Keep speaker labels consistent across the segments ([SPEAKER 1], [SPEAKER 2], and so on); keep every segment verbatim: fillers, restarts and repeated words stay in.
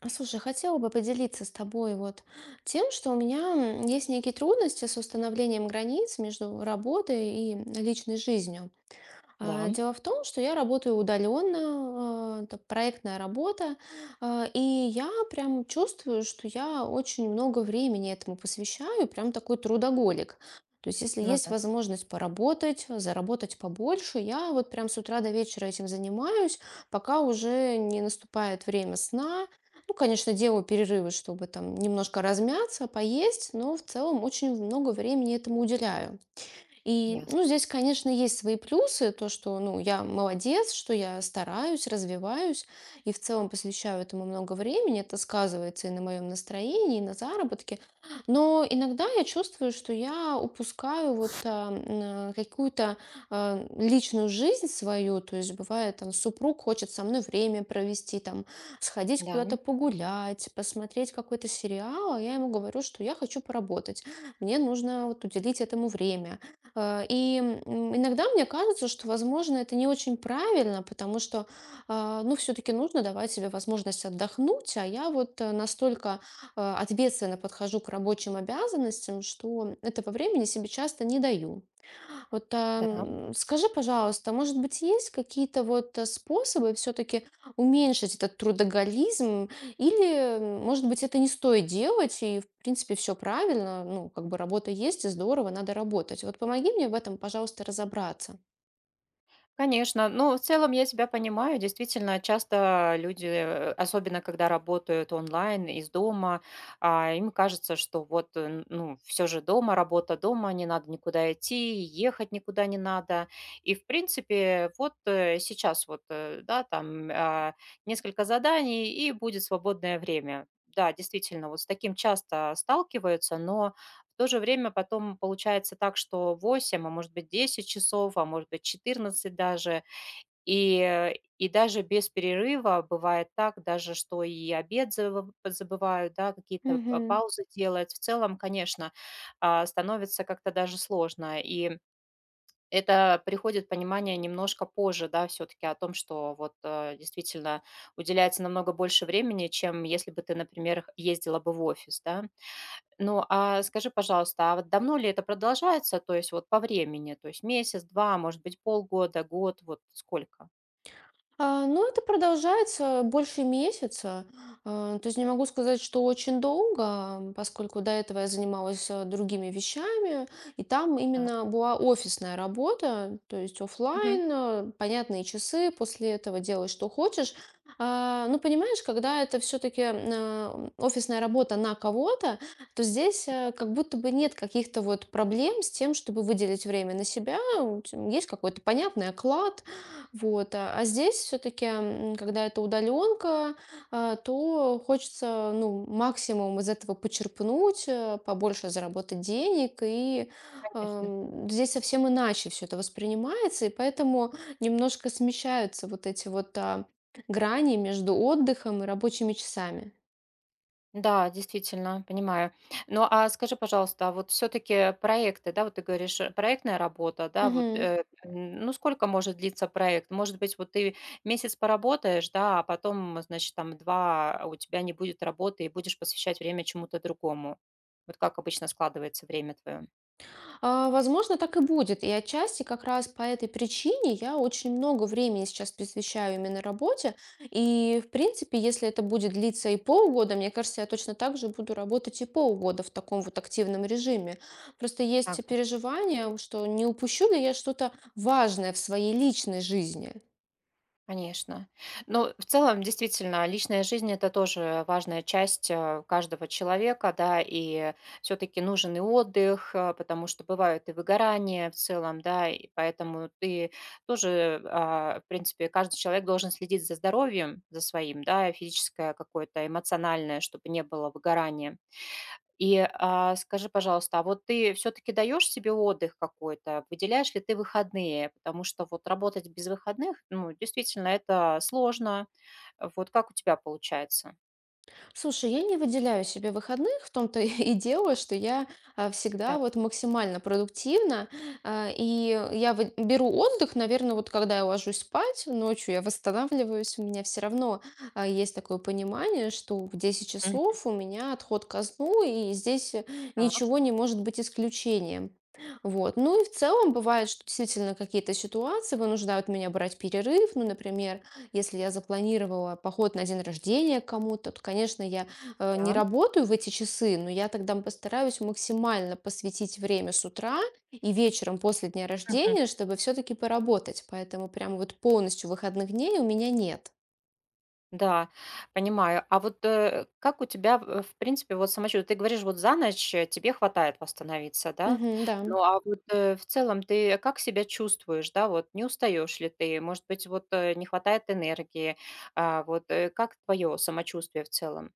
[SPEAKER 1] А, Слушай, хотела бы поделиться с тобой вот тем, что у меня м, есть некие трудности с установлением границ между работой и личной жизнью.
[SPEAKER 2] Да,
[SPEAKER 1] А, Дело в том, что я работаю удаленно, а, это проектная работа, а, и я прям чувствую, что я очень много времени этому посвящаю, прям такой трудоголик. То есть, если
[SPEAKER 2] ну
[SPEAKER 1] есть
[SPEAKER 2] да,
[SPEAKER 1] возможность поработать, заработать побольше, я вот прям с утра до вечера этим занимаюсь, пока уже не наступает время сна. Ну, конечно, делаю перерывы, чтобы там немножко размяться, поесть, но в целом очень много времени этому уделяю. И, ну,
[SPEAKER 2] ясно.
[SPEAKER 1] здесь, конечно, есть свои плюсы, то, что, ну, я молодец, что я стараюсь, развиваюсь и в целом посвящаю этому много времени, это сказывается и на моем настроении, и на заработке, но иногда я чувствую, что я упускаю вот а, м, а, какую-то а, личную жизнь свою, то есть бывает, там, супруг хочет со мной время провести, там, сходить
[SPEAKER 2] Да,
[SPEAKER 1] куда-то погулять, посмотреть какой-то сериал, а я ему говорю, что я хочу поработать, мне нужно вот уделить этому время. Э, И м, иногда мне кажется, что, возможно, это не очень правильно, потому что, а, ну, все-таки нужно давать себе возможность отдохнуть, а я вот э, настолько э, ответственно подхожу к рабочим обязанностям, что этого времени себе часто не даю. Вот, а,
[SPEAKER 2] да,
[SPEAKER 1] м, скажи, пожалуйста, может быть, есть какие-то вот э, способы все-таки уменьшить этот трудоголизм? Или, м, может быть, это не стоит делать, и, в принципе, все правильно, ну, как бы работа есть, и здорово, надо работать. Вот помоги мне в этом, пожалуйста, разобраться.
[SPEAKER 2] конечно. Ну, в целом я тебя понимаю. Действительно, часто люди, э, особенно когда работают онлайн из дома, а, им кажется, что вот, э, н- ну, все же дома, работа дома, не надо никуда идти, ехать никуда не надо. И, в принципе, вот э, сейчас вот, э, да, там а, несколько заданий, и будет свободное время. Да, действительно, вот с таким часто сталкиваются, но в то же время потом получается так, что восемь, а может быть десять часов, а может быть четырнадцать даже. И, э, и даже без перерыва бывает так, даже что и обед забы- забывают, да, какие-то па-
[SPEAKER 1] Мгм.
[SPEAKER 2] паузы делать. В целом, конечно, а, становится как-то даже сложно. И это приходит понимание немножко позже, да, все-таки о том, что вот э, действительно уделяется намного больше времени, чем если бы ты, например, ездила бы в офис, да. Ну, а скажи, пожалуйста, а вот давно ли это продолжается? То есть вот по времени, то есть месяц, два, может быть, полгода, год, вот сколько?
[SPEAKER 1] А, ну, это продолжается больше месяца. А, то есть не могу сказать, что очень долго, м, поскольку до этого я занималась э, другими вещами, и там
[SPEAKER 2] Да.
[SPEAKER 1] именно была офисная работа, то есть
[SPEAKER 2] Мгм.
[SPEAKER 1] оффлайн, э, понятные часы, после этого делай, что хочешь. А, ну, понимаешь, когда это все-таки офисная работа на кого-то, то здесь э, как будто бы нет каких-то вот проблем с тем, чтобы выделить время на себя. У тя- Есть какой-то понятный оклад, вот, а а здесь все-таки, когда это удаленка, а, то хочется, ну, максимум из этого почерпнуть, э, побольше заработать денег, и
[SPEAKER 2] Конечно.
[SPEAKER 1] эм, здесь совсем иначе все это воспринимается, и поэтому немножко смещаются вот эти вот а, грани между отдыхом и рабочими часами.
[SPEAKER 2] Да, действительно, понимаю. Ну, а скажи, пожалуйста, а вот все-таки проекты, да, вот ты говоришь, э, проектная работа, да, вот, э, м, ну, сколько может длиться проект? Может быть, вот ты месяц поработаешь, да, а потом, значит, там два а у тебя не будет работы и будешь посвящать время чему-то другому. Вот как обычно складывается время твое?
[SPEAKER 1] А, возможно, так и будет. И отчасти как раз по этой причине я очень много времени сейчас посвящаю именно работе. И, в принципе, если это будет длиться и полгода, мне кажется, я точно так же буду работать и полгода в таком вот активном режиме. Просто есть переживание, что не упущу ли я что-то важное в своей личной жизни.
[SPEAKER 2] Конечно. Но в целом, действительно, личная жизнь- это тоже важная часть, э, каждого человека, да. И все таки нужен и отдых, э, потому что бывают и выгорания в целом, да. И поэтому ты тоже, а, в принципе, каждый человек должен следить за здоровьем, за своим, да, физическое какое-то, эмоциональное, чтобы не было выгорания. И, а, скажи, пожалуйста, а вот ты все таки даешь себе отдых какой-то? Выделяешь ли ты выходные? Потому что вот работать без выходных, ну, действительно, это сложно. Вот как у тебя получается?
[SPEAKER 1] Слушай, я не выделяю себе выходных, в том-то и дело, что я а, всегда
[SPEAKER 2] Так,
[SPEAKER 1] вот максимально продуктивна, а, и я вы- беру отдых, наверное, вот когда я ложусь спать, ночью я восстанавливаюсь, у меня все равно а, есть такое понимание, что в десять
[SPEAKER 2] Мгм.
[SPEAKER 1] часов у меня отход ко сну, и здесь э,
[SPEAKER 2] так,
[SPEAKER 1] ничего не может быть исключением. Вот. Ну и в целом бывает, что действительно какие-то ситуации вынуждают меня брать перерыв. Ну, например, если я запланировала поход на день рождения к кому-то, то, конечно, я э, не
[SPEAKER 2] да.
[SPEAKER 1] работаю в эти часы, но я тогда постараюсь максимально посвятить время с утра и вечером после дня рождения, чтобы все-таки поработать. Поэтому прям вот полностью выходных дней у меня нет.
[SPEAKER 2] Да, понимаю. А вот, э, как у тебя, э, в принципе, вот самочувствие? Ты говоришь, вот за ночь, э, тебе хватает восстановиться, да?
[SPEAKER 1] Мгм, да.
[SPEAKER 2] Ну, а вот, э, в целом ты как себя чувствуешь, да? Вот не устаешь ли ты? Может быть, вот, э, не хватает энергии? А, вот, э, как твое самочувствие в целом?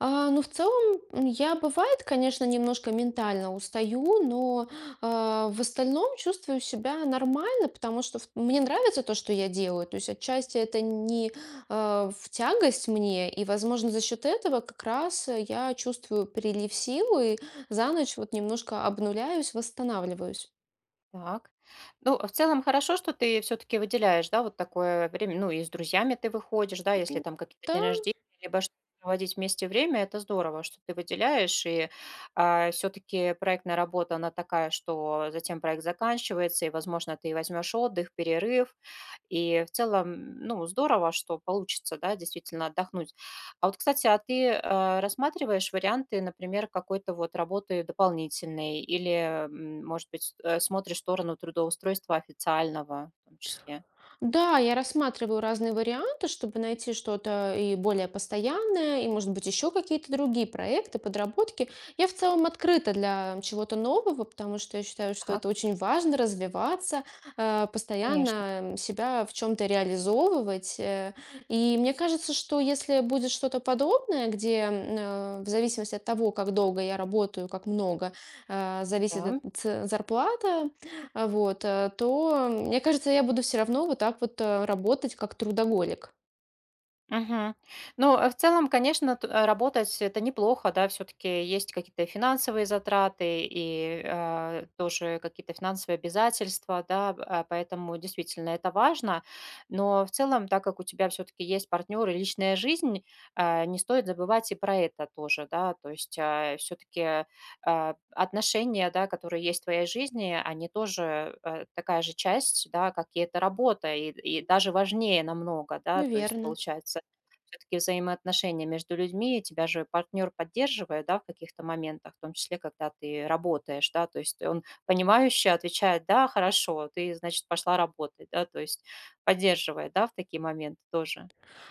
[SPEAKER 1] А, ну, в целом, м, я, бывает, конечно, немножко ментально устаю, но а, в остальном чувствую себя нормально, потому что в- мне нравится то, что я делаю. То есть отчасти это не а, в тягость мне, и, возможно, за счет этого как раз э, я чувствую прилив сил и за ночь вот немножко обнуляюсь, восстанавливаюсь.
[SPEAKER 2] Так. Ну, в целом хорошо, что ты все таки выделяешь, да, вот такое время. Ну, и с друзьями ты выходишь, да, если
[SPEAKER 1] М,
[SPEAKER 2] там какие-то
[SPEAKER 1] Да,
[SPEAKER 2] дни рождения, либо что проводить вместе время, это здорово, что ты выделяешь. И, все таки проектная работа, она такая, что затем проект заканчивается, и, возможно, ты возьмешь отдых, перерыв. И в целом, ну, здорово, что получится, да, действительно отдохнуть а Вот, кстати, а ты, э, рассматриваешь варианты, например, какой-то вот работы дополнительной или, м, может быть, с- э, смотришь в сторону трудоустройства официального в том числе?
[SPEAKER 1] да, я рассматриваю разные варианты, чтобы найти что-то и более постоянное, и, может быть, еще какие-то другие проекты, подработки. Я в целом открыта для чего-то нового, потому что я считаю, что
[SPEAKER 2] Так.
[SPEAKER 1] это очень важно развиваться, э,
[SPEAKER 2] Конечно,
[SPEAKER 1] постоянно себя в чем-то реализовывать. э. И мне кажется, что если будет что-то подобное, где м, э, в зависимости от того, как долго я работаю, как много, э, зависит от
[SPEAKER 2] да.
[SPEAKER 1] ц- зарплата, а, вот, э, то, мне кажется, я буду все равно вот так вот, э, работать как трудоголик.
[SPEAKER 2] Мгм. Ну, э, в целом, конечно, т- э, работать это неплохо, да, все-таки есть какие-то финансовые затраты и э, тоже какие-то финансовые обязательства, да, б- а, поэтому действительно это важно. Но в целом, так как у тебя все-таки есть партнер и личная жизнь, а, не стоит забывать и про это тоже, да, то есть все-таки отношения, да, которые есть в твоей жизни, они тоже э, такая же часть, да, как и эта работа, и,
[SPEAKER 1] Мгм.
[SPEAKER 2] и даже важнее намного, да, то есть
[SPEAKER 1] Наверно.
[SPEAKER 2] получается все таки взаимоотношения между людьми, тебя же партнер поддерживает, да, в каких-то моментах, в том числе, когда ты работаешь, да, то есть он понимающе отвечает: "Да, хорошо, ты, значит, пошла работать", да, то есть поддерживает, да, в такие моменты тоже.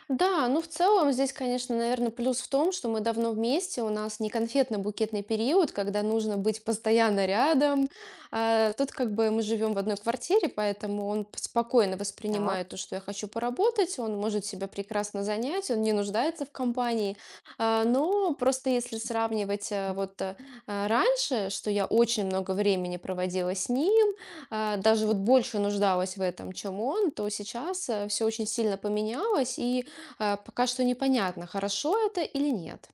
[SPEAKER 1] Да, ну в целом здесь, конечно, наверное, плюс в том, что мы давно вместе, у нас не конфетно-букетный период, когда нужно быть постоянно рядом. А, тут как бы мы живем в одной квартире, поэтому он п- спокойно
[SPEAKER 2] Так.
[SPEAKER 1] воспринимает то, что я хочу поработать, он может себя прекрасно занять, он не нуждается в компании. А, но просто если сравнивать э, вот э, а, раньше, что я очень много времени проводила с ним, а, даже вот больше нуждалась в этом, чем он, то сейчас все очень сильно поменялось, и а, Пока что непонятно, хорошо это или нет.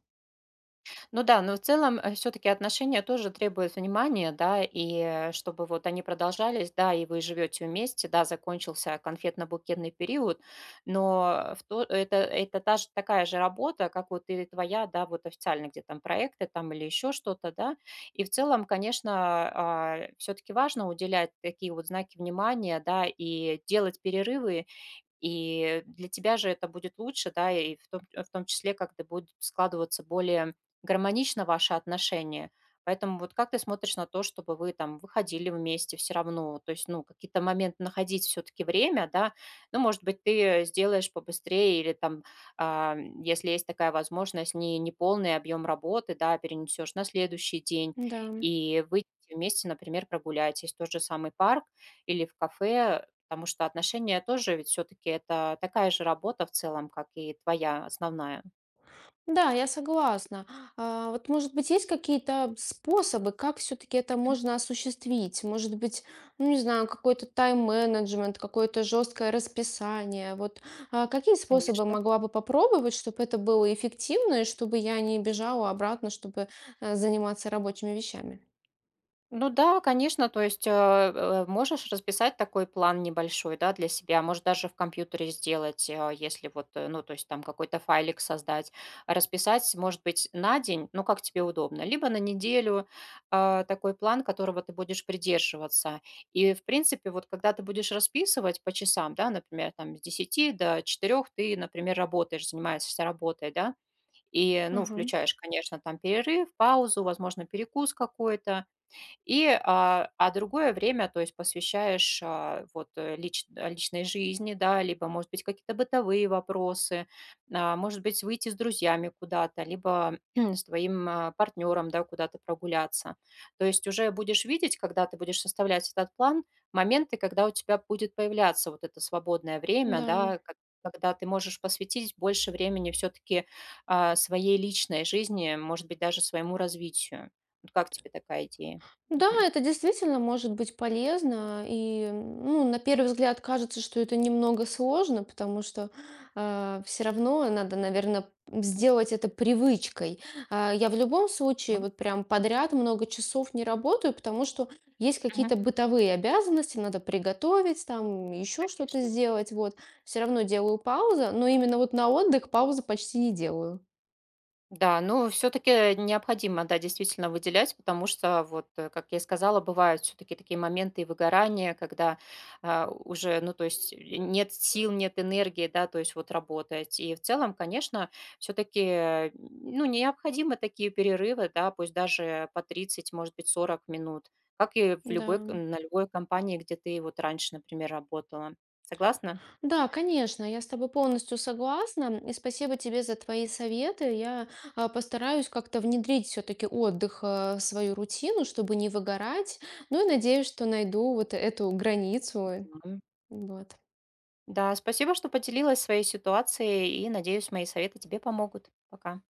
[SPEAKER 2] Ну да, но в целом все-таки отношения тоже требуют внимания, да, и э, чтобы вот они продолжались, да, и вы живете вместе, да, закончился конфетно-букетный период, но э, в то- это, это та же, такая же работа, как вот и твоя, да, вот официально где там проекты там или еще что-то, да, и в целом, конечно, все-таки важно уделять такие вот знаки внимания, да, и делать перерывы, и для тебя же это будет лучше, да, и в том, в том числе как-то будут складываться более гармонично ваши отношения. Поэтому вот как ты смотришь на то, чтобы вы там выходили вместе все равно, то есть, ну, какие-то моменты находить все-таки время, да, ну, может быть, ты сделаешь побыстрее или там, а, если есть такая возможность, не, не полный объем работы, да, перенесешь на следующий день
[SPEAKER 1] Да.
[SPEAKER 2] и выйти вместе, например, прогулять, есть тот же самый парк или в кафе. Потому что отношения тоже ведь все таки это такая же работа в целом, как и твоя основная.
[SPEAKER 1] Да, я согласна. А, вот, может быть, есть какие-то способы, как все-таки это можно осуществить? Может быть, ну, не знаю, какой-то тайм-менеджмент, какое-то жесткое расписание. Вот, а, какие способы
[SPEAKER 2] Конечно.
[SPEAKER 1] могла бы попробовать, чтобы это было эффективно, и чтобы я не бежала обратно, чтобы э, заниматься рабочими вещами?
[SPEAKER 2] Ну да, конечно, то есть, э, э, можешь расписать такой план небольшой, да, для себя. Может, даже в компьютере сделать, э, если вот, э, ну, то есть там какой-то файлик создать. Расписать, может быть, на день, ну, как тебе удобно, либо на неделю, а, такой план, которого ты будешь придерживаться. И, в принципе, вот когда ты будешь расписывать по часам, да, например, там с десяти до четырёх ты, например, работаешь, занимаешься работой, да, и, ну,
[SPEAKER 1] Ага,
[SPEAKER 2] включаешь, конечно, там перерыв, паузу, возможно, перекус какой-то, и, а, а другое время, то есть посвящаешь, а, вот, э, лич а, личной жизни, да, либо, может быть, какие-то бытовые вопросы, а, может быть, выйти с друзьями куда-то, либо с твоим, а, партнером, да, куда-то прогуляться. То есть уже будешь видеть, когда ты будешь составлять этот план, моменты, когда у тебя будет появляться вот это свободное время,
[SPEAKER 1] да.
[SPEAKER 2] да, ко когда ты можешь посвятить больше времени все-таки, а, своей личной жизни, может быть, даже своему развитию. Вот как тебе такая идея?
[SPEAKER 1] Да,
[SPEAKER 2] Мгм.
[SPEAKER 1] это действительно может быть полезно. И, ну, на первый взгляд кажется, что это немного сложно, потому что все равно надо, наверное, сделать это привычкой. А, я в любом случае
[SPEAKER 2] Мгм.
[SPEAKER 1] вот прям подряд много часов не работаю, потому что есть
[SPEAKER 2] Мгм.
[SPEAKER 1] какие-то бытовые обязанности, надо приготовить, там еще что-то
[SPEAKER 2] Конечно.
[SPEAKER 1] сделать. Вот, все равно делаю паузу, но именно вот на отдых паузу почти не делаю.
[SPEAKER 2] Да, ну, все таки необходимо, да, действительно выделять, потому что, вот, э, как я и сказала, бывают все таки такие моменты и выгорания, когда, а, уже, ну, то есть, э, нет сил, нет энергии, да, то есть вот работать. И в целом, конечно, все таки ну, необходимы такие перерывы, да, пусть даже по тридцать, может быть, сорок минут, как и в
[SPEAKER 1] Да.
[SPEAKER 2] любой к на любой компании, где ты вот раньше, например, работала. Согласна?
[SPEAKER 1] Да, конечно, я с тобой полностью согласна. И спасибо тебе за твои советы. Я а, постараюсь как-то внедрить все-таки отдых а, в свою рутину, чтобы не выгорать. Ну и надеюсь, что найду вот эту границу.
[SPEAKER 2] Да.
[SPEAKER 1] Вот.
[SPEAKER 2] Да, спасибо, что поделилась своей ситуацией, и, надеюсь, мои советы тебе помогут. Пока.